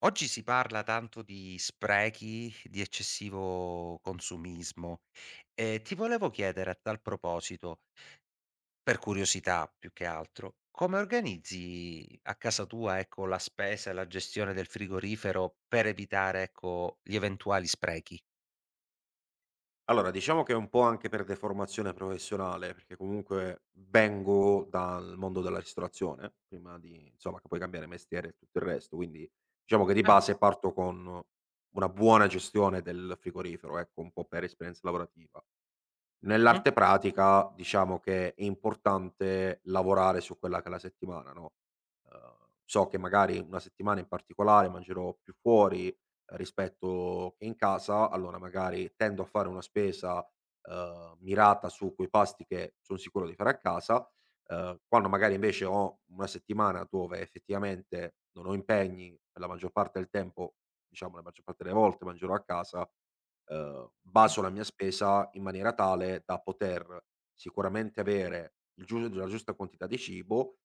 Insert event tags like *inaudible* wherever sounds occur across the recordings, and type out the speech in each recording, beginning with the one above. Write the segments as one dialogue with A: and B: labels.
A: Oggi si parla tanto di sprechi, di eccessivo consumismo. Ti volevo chiedere a tal proposito, per curiosità più che altro, come organizzi a casa tua, ecco, la spesa e la gestione del frigorifero per evitare, ecco, gli eventuali sprechi?
B: Allora, diciamo che è un po' anche per deformazione professionale, perché comunque vengo dal mondo della ristorazione, prima di insomma, che poi cambiare mestiere e tutto il resto, quindi diciamo che di
A: Ah.
B: base parto con una buona gestione del frigorifero, ecco, un po' per esperienza lavorativa.
A: Mh.
B: Nell'arte pratica diciamo che è importante lavorare su quella che è la settimana, no, so che magari una settimana in particolare mangerò più fuori, rispetto che in casa, allora magari tendo a fare una spesa, mirata su quei pasti che son sicuro di fare a casa. Quando magari invece ho una settimana dove effettivamente non ho impegni, per la maggior parte del tempo, diciamo la maggior parte delle volte mangerò a casa. Ehm,
A: Sì.
B: baso la mia spesa in maniera tale da poter sicuramente avere il giu la giusta quantità di cibo,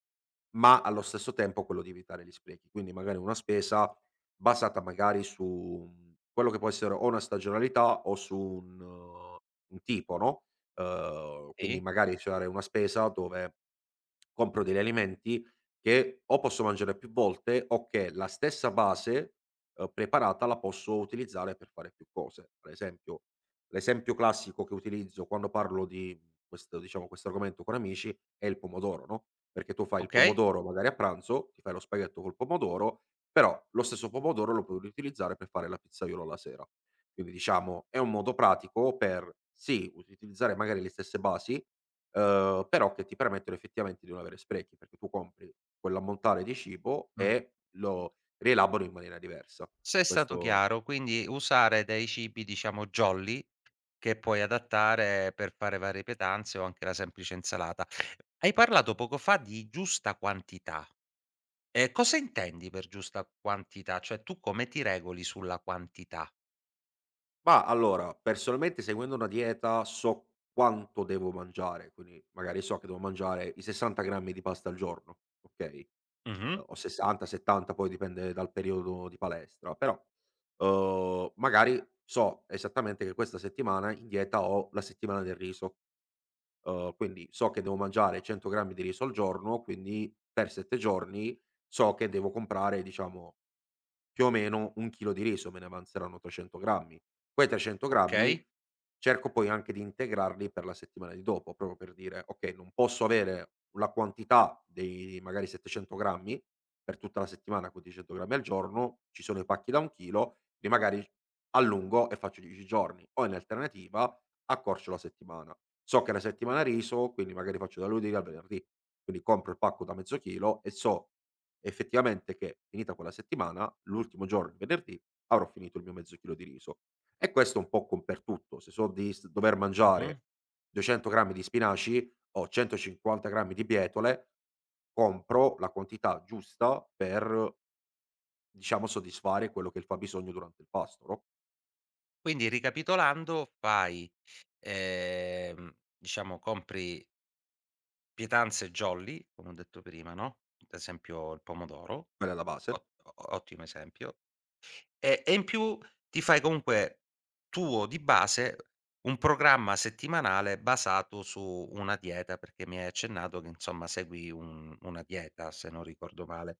B: ma allo stesso tempo quello di evitare gli sprechi. Quindi magari una spesa basata magari su, quello che può essere o una stagionalità o su eh, un tipo, no, quindi
A: Sì,
B: magari fare una spesa dove compro degli alimenti che o posso mangiare più volte o che la stessa base, preparata la posso utilizzare per fare più cose. Per esempio l'esempio classico che utilizzo quando parlo di questo, diciamo, questo argomento con amici è il pomodoro, no, perché tu fai il
A: okay.
B: pomodoro magari a pranzo, ti fai lo spaghetto col pomodoro, però lo stesso pomodoro lo puoi riutilizzare per fare la pizzaiola la sera. Quindi diciamo è un modo pratico per, sì, utilizzare magari le stesse basi, però che ti permettono effettivamente di non avere sprechi, perché tu compri quell'ammontare di cibo
A: Mh.
B: e lo rielabori in maniera diversa.
A: Se è stato
B: Questo
A: chiaro, quindi usare dei cibi, diciamo, jolly, che puoi adattare per fare varie pietanze o anche la semplice insalata. Hai parlato poco fa di giusta quantità. Cosa intendi per giusta quantità? Cioè, tu come ti regoli sulla quantità?
B: Ma allora, personalmente seguendo una dieta so quanto devo mangiare, quindi magari so che devo mangiare i 60 grammi di pasta al giorno, okay,
A: Mh-mh.
B: o 60, 70 poi dipende dal periodo di palestra, però, magari so esattamente che questa settimana in dieta ho la settimana del riso. Quindi so che devo mangiare 100 grammi di riso al giorno, quindi per 7 giorni so che devo comprare, diciamo, più o meno 1 chilo di riso, me ne avanzeranno 300 grammi. Quei 300 grammi
A: Okay.
B: cerco poi anche di integrarli per la settimana di dopo, proprio per dire: "Okay, non posso avere la quantità dei magari 700 grammi per tutta la settimana con 100 grammi al giorno, ci sono i pacchi da 1 chilo, li magari allungo e faccio 10 giorni o in alternativa accorcio la settimana". So che è la settimana riso, quindi magari faccio dal lunedì al venerdì. Quindi compro il pacco da mezzo chilo e so effettivamente che finita quella settimana, l'ultimo giorno, il venerdì, avrò finito il mio mezzo chilo di riso. E questo un po' con per tutto. Se so di dover
A: Mh-mh.
B: mangiare 200 grammi di spinaci o 150 grammi di bietole, compro la quantità giusta per, diciamo, soddisfare quello che è il fabbisogno durante il pasto, no?
A: Quindi ricapitolando ehm, diciamo compri pietanze jolly, come ho detto prima, no, ad esempio il pomodoro,
B: Quella è la base.
A: ot o ottimo esempio. E in più ti fai comunque tuo di base un programma settimanale basato su una dieta, perché mi hai accennato che insomma segui un una dieta, se non ricordo male.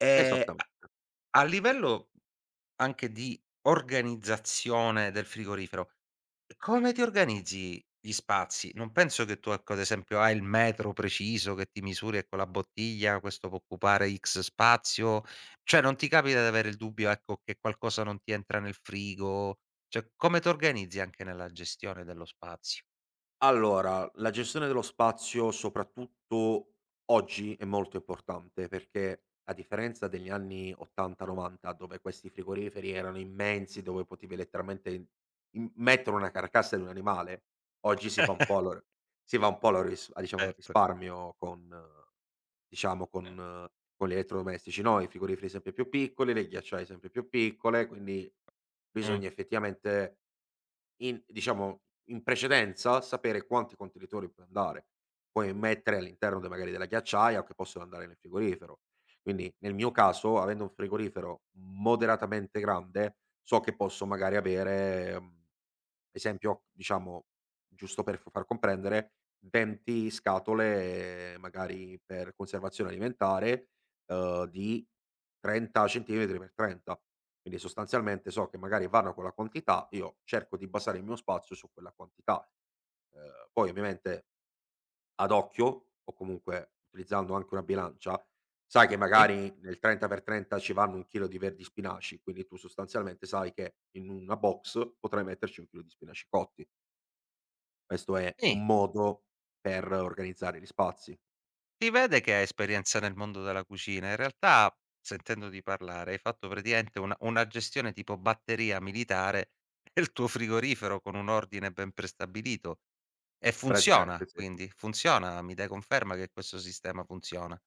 A: Ehm, a
B: Esattamente.
A: A livello anche di organizzazione del frigorifero, come ti organizzi gli spazi? Non penso che tu, ecco, ad esempio, hai il metro preciso che ti misuri, ecco, la bottiglia, questo può occupare X spazio, cioè non ti capita di avere il dubbio, ecco, che qualcosa non ti entra nel frigo? Cioè, come t'organizzi anche nella gestione dello spazio?
B: Allora, la gestione dello spazio, soprattutto oggi, è molto importante perché a differenza degli anni 80, 90 dove questi frigoriferi erano immensi, dove potevi letteralmente in in mettere una carcassa di un animale, oggi si va un po' allo ris a diciamo al
A: Certo.
B: risparmio con diciamo con gli elettrodomestici, no, i frigoriferi sempre più piccoli, le ghiacciaie sempre più piccole, quindi
A: Mh.
B: bisogna effettivamente in diciamo, in precedenza sapere quanti contenitori puoi mettere all'interno de magari della ghiacciaia o che possono andare nel frigorifero. Quindi nel mio caso, avendo un frigorifero moderatamente grande, so che posso magari avere, esempio, diciamo, giusto per f far comprendere, 20 scatole, magari per conservazione alimentare, di 30 centimetri per 30. Quindi sostanzialmente so che magari vanno con la quantità, io cerco di basare il mio spazio su quella quantità. Poi ovviamente ad occhio, o comunque utilizzando anche una bilancia, sai che
A: Sì?
B: magari nel 30 per 30 ci vanno 1 chilo di verdi spinaci, quindi tu sostanzialmente sai che in una box potrai metterci 1 chilo di spinaci cotti. Questo è
A: Sì.
B: un modo per organizzare gli spazi.
A: Si vede che hai esperienza nel mondo della cucina. In realtà, sentendoti parlare, hai fatto praticamente una gestione tipo batteria militare *laughs* del tuo frigorifero con un ordine ben prestabilito e funziona,
B: Praticamente sì.
A: quindi funziona. Mi dai conferma che questo sistema funziona?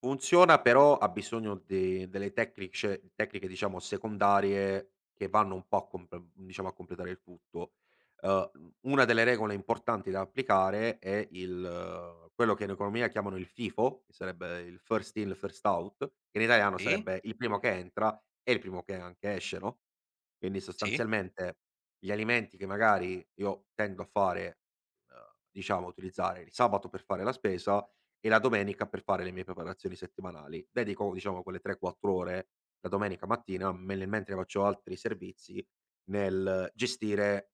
B: Funziona, però ha bisogno de delle tecnice tecniche diciamo secondarie che vanno un po' a comp diciamo a completare il tutto. Una delle regole importanti da applicare è il quello che in economia chiamano il FIFO, che sarebbe il first in first out, che in italiano
A: Sì,
B: sarebbe il primo che entra e il primo che anche esce, no, quindi
A: sì,
B: sostanzialmente gli alimenti che magari io tendo a fare, diciamo utilizzare il sabato per fare la spesa, e la domenica per fare le mie preparazioni settimanali. Dedico diciamo quelle 3, 4 ore la domenica mattina, me nel mentre faccio altri servizi, nel gestire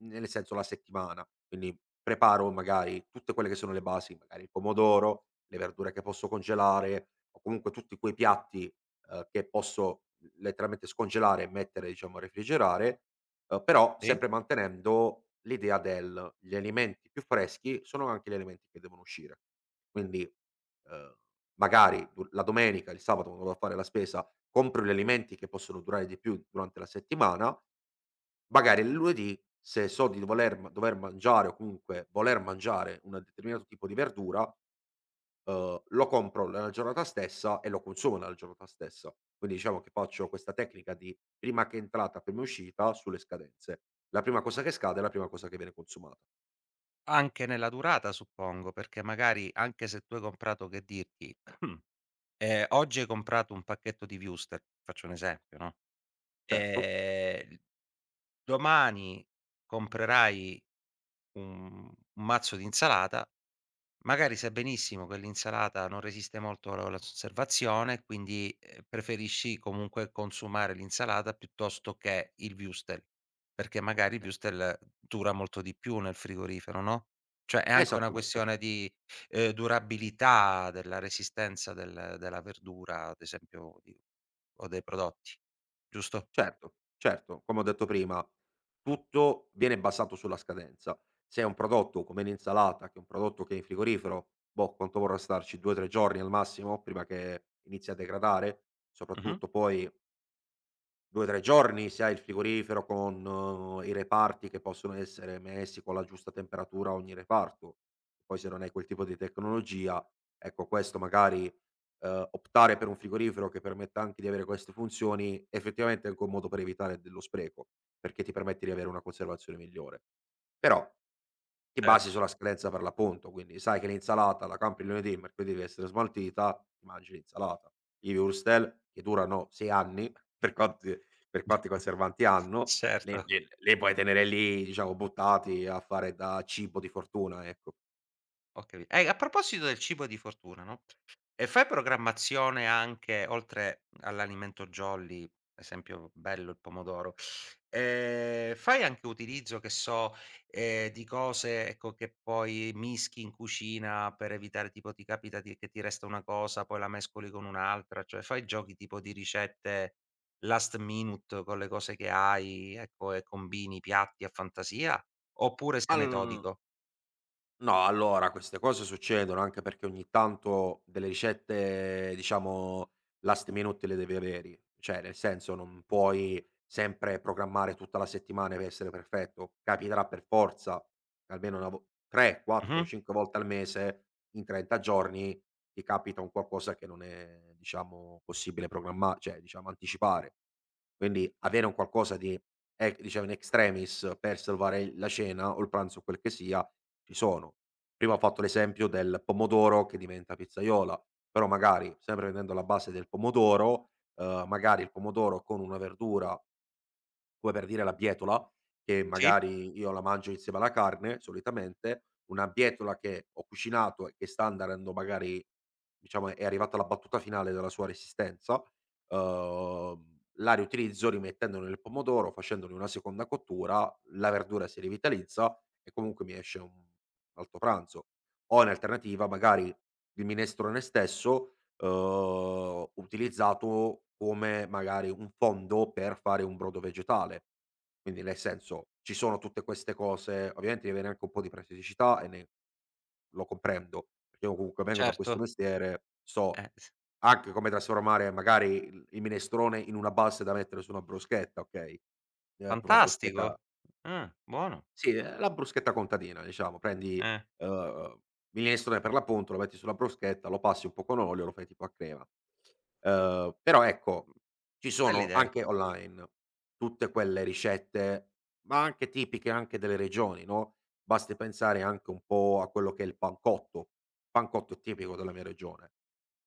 B: nel senso la settimana. Quindi preparo magari tutte quelle che sono le basi, magari il pomodoro, le verdure che posso congelare o comunque tutti quei piatti, che posso letteralmente scongelare e mettere diciamo a refrigerare. Però
A: sì.
B: sempre mantenendo l'idea del gli alimenti più freschi sono anche gli alimenti che devono uscire. Quindi, uhm, magari du la domenica, il sabato quando vado a fare la spesa, compro gli alimenti che possono durare di più durante la settimana, magari il lunedì se so di dover mangiare o comunque voler mangiare un determinato tipo di verdura, lo compro nella giornata stessa e lo consumo nella giornata stessa. Quindi diciamo che faccio questa tecnica di prima che entrata, prima uscita sulle scadenze. La prima cosa che scade è la prima cosa che viene consumata.
A: Anche nella durata suppongo, perché magari anche se tu hai comprato, che dirti, *clears throat* oggi hai comprato un pacchetto di wurstel, faccio un esempio, no,
B: Certo,
A: ehm domani comprerai un mazzo di insalata, magari sai benissimo che l'insalata non resiste molto alla conservazione, quindi, preferisci comunque consumare l'insalata piuttosto che il würstel, perché magari il würstel dura molto di più nel frigorifero, no, cioè è anche una
B: esattamente.
A: questione di, durabilità della resistenza del della verdura, ad esempio, di o dei prodotti, giusto?
B: Certo, certo, come ho detto prima, tutto viene basato sulla scadenza. Se è un prodotto come l'insalata, che è un prodotto che è in frigorifero, boh, quanto vorrà starci? 2, 3 giorni al massimo prima che inizi a degradare?
A: Mh-mh,
B: Soprattutto poi 2, 3 giorni, se hai il frigorifero con, i reparti che possono essere messi con la giusta temperatura a ogni reparto. Poi se non hai quel tipo di tecnologia, ecco questo magari, optare per un frigorifero che permetta anche di avere queste funzioni, effettivamente è anche un modo per evitare dello spreco, perché ti permette di avere una conservazione migliore. Però ti basi
A: certo,
B: sulla scadenza per l'appunto, quindi sai che l'insalata la campi il lunedì, il mercoledì deve essere smaltita, ti mangi l'insalata. I würstel che durano 6 anni, *laughs* per quanti per quanti
A: *laughs*
B: conservanti hanno, le
A: certo.
B: le le puoi tenere lì, diciamo, buttati a fare da cibo di fortuna, ecco.
A: Ho capi e a proposito del cibo di fortuna, no, e fai programmazione anche oltre all'alimento jolly, ad esempio bello il pomodoro, fai anche utilizzo, che so, di cose, ecco, che poi mischi in cucina per evitare tipo ti capita di che ti resta una cosa, poi la mescoli con un'altra, cioè fai giochi tipo di ricette last minute con le cose che hai, ecco, e combini piatti a fantasia, oppure sei
B: Al
A: metodico?
B: No, allora queste cose succedono anche perché ogni tanto delle ricette, diciamo, last minute le devi avere. Cioè, nel senso, non puoi sempre programmare tutta la settimana per essere perfetto. Capiterà per forza che almeno 3, 4,
A: Mh-mh.
B: 5 volte al mese in 30 giorni ti capita un qualcosa che non è, diciamo, possibile programmare, cioè, diciamo, anticipare. Quindi avere un qualcosa di, diciamo, in extremis per salvare la cena o il pranzo, quel che sia, ci sono. Prima ho fatto l'esempio del pomodoro che diventa pizzaiola, però magari sempre prendendo la base del pomodoro, magari il pomodoro con una verdura come per dire la bietola, che
A: Sì,
B: magari io la mangio insieme alla carne solitamente, una bietola che ho cucinato e che sta andando magari diciamo è arrivata alla battuta finale della sua resistenza, uhm, la riutilizzo rimettendone il pomodoro, facendone una seconda cottura, la verdura si rivitalizza e comunque mi esce un alto pranzo. O in alternativa magari il minestrone stesso utilizzato come magari un fondo per fare un brodo vegetale. Quindi nel senso, ci sono tutte queste cose, ovviamente mi viene anche un po' di praticità e ne lo comprendo, perché io comunque vengo da
A: certo.
B: questo mestiere, so
A: S
B: anche come trasformare magari il minestrone in una base da mettere su una bruschetta, okay, per una bruschetta
A: Fantastico. Buono.
B: sì, la bruschetta contadina diciamo. Prendi,
A: Eh,
B: uhm, minestrone per l'appunto, lo metti sulla bruschetta, lo passi un po' con olio, lo fai tipo a crema. Però
A: mh,
B: ecco, ci sono
A: bell'idea.
B: anche online tutte quelle ricette, ma anche tipiche anche delle regioni, no, basti pensare anche un po' a quello che è il pancotto. Il pancotto è tipico della mia regione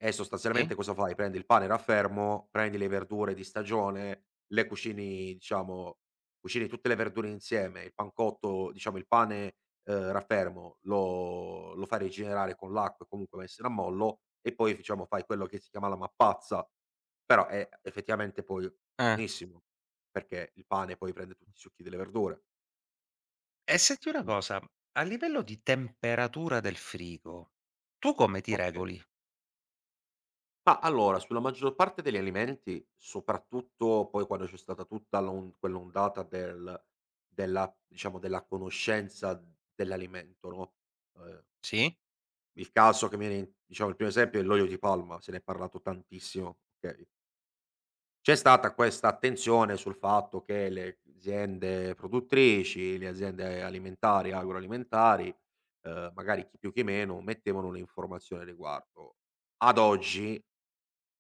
B: e
A: Sì.
B: sostanzialmente cosa fai? Prendi il pane raffermo, prendi le verdure di stagione, le cucini, diciamo. Cucini tutte le verdure insieme, il pancotto diciamo il pane, raffermo lo fai rigenerare con l'acqua e comunque va a essere a mollo e poi diciamo fai quello che si chiama la mappazza, però è effettivamente poi
A: Eh.
B: buonissimo, perché il pane poi prende tutti i succhi delle verdure,
A: E senti una
B: quindi.
A: cosa, a livello di temperatura del frigo, tu come ti
B: Okay.
A: regoli?
B: Ma allora, sulla maggior parte degli alimenti, soprattutto poi quando c'è stata tutta l'on quell'ondata della diciamo della conoscenza dell'alimento, no, ehm
A: Sì.
B: il caso che mi viene in diciamo il primo esempio è l'olio di palma, se ne è parlato tantissimo, okay. C'è stata questa attenzione sul fatto che le aziende produttrici, le aziende alimentari, agroalimentari, magari chi più chi meno, mettevano un'informazione a riguardo. Ad oggi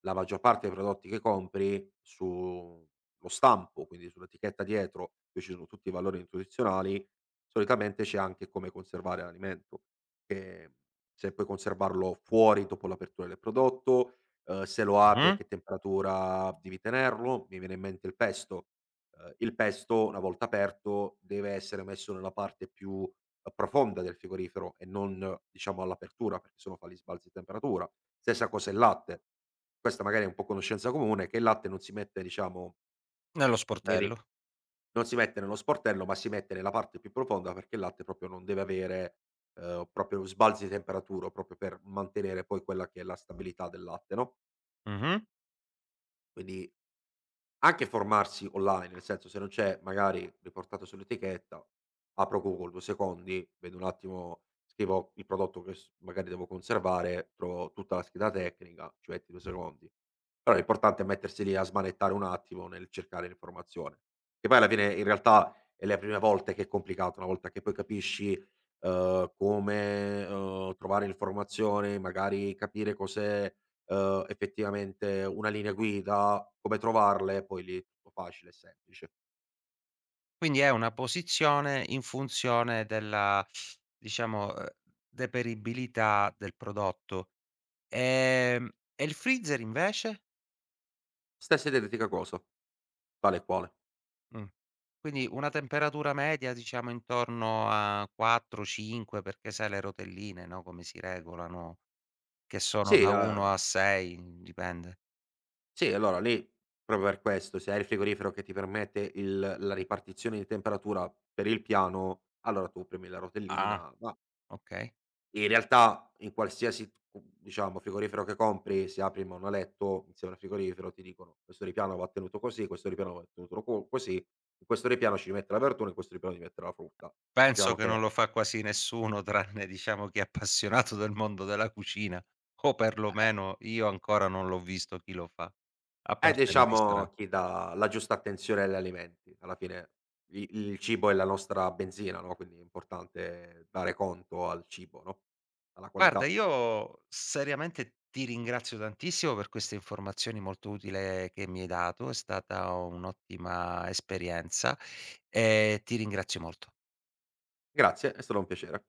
B: la maggior parte dei prodotti che compri sullo stampo, quindi sull'etichetta dietro, dove ci sono tutti i valori nutrizionali, solitamente c'è anche come conservare l'alimento, che se puoi conservarlo fuori dopo l'apertura del prodotto, se lo apri a
A: Mh-mh.
B: che temperatura devi tenerlo. Mi viene in mente il pesto una volta aperto deve essere messo nella parte più profonda del frigorifero e non, diciamo all'apertura, perché se no fa gli sbalzi di temperatura. Stessa cosa il latte. Questa magari è un po' conoscenza comune, che il latte non si mette diciamo
A: Nello
B: nei ri
A: sportello.
B: non si mette nello sportello, ma si mette nella parte più profonda perché il latte proprio non deve avere, proprio sbalzi di temperatura, proprio per mantenere poi quella che è la stabilità del latte, no,
A: Mh-mh.
B: quindi anche formarsi online, nel senso se non c'è magari riportato sull'etichetta, apro Google 2 secondi, vedo un attimo, scrivo il prodotto che s magari devo conservare, trovo tutta la scheda tecnica, ci metti 2 secondi. Però l'importante è mettersi lì a smanettare un attimo nel cercare l'informazione. Che poi alla fine in realtà è le prime volte che è complicato, una volta che poi capisci, come, trovare informazioni, magari capire cos'è, effettivamente una linea guida, come trovarle, poi lì è tutto facile e semplice.
A: Quindi è una posizione in funzione della, diciamo, deperibilità del prodotto. Ehm, e il freezer invece?
B: Stessa identica cosa, tale e quale.
A: Mh. Quindi una temperatura media diciamo intorno a 4, 5, perché sai le rotelline, no, come si regolano, che sono
B: Sì,
A: da 1 a 6, dipende.
B: sì, allora lì proprio per questo, se hai il frigorifero che ti permette il la ripartizione di temperatura per il piano, allora tu premi la
A: Ah.
B: rotellina, ma
A: Okay.
B: e in realtà in qualsiasi, diciamo, frigorifero che compri, se apri il monoletto insieme al frigorifero ti dicono: "Questo ripiano va tenuto così, questo ripiano va tenuto co così, in questo ripiano ci mette la verdura, in questo ripiano ci mette la frutta".
A: Penso
B: Diciamo
A: che non
B: che
A: lo fa quasi nessuno tranne diciamo chi è appassionato del mondo della cucina, o
B: è
A: perlomeno io ancora non l'ho visto chi lo fa, a
B: è
A: parte nei
B: diciamo
A: ristora.
B: chi dà la giusta attenzione agli alimenti. Alla fine i il cibo è la nostra benzina, no, quindi è importante dare conto al cibo, no, alla
A: Guarda,
B: qualità.
A: io seriamente ti ringrazio tantissimo per queste informazioni molto utile che mi hai dato, è stata un'ottima esperienza e ti ringrazio molto.
B: Grazie, è stato un piacere.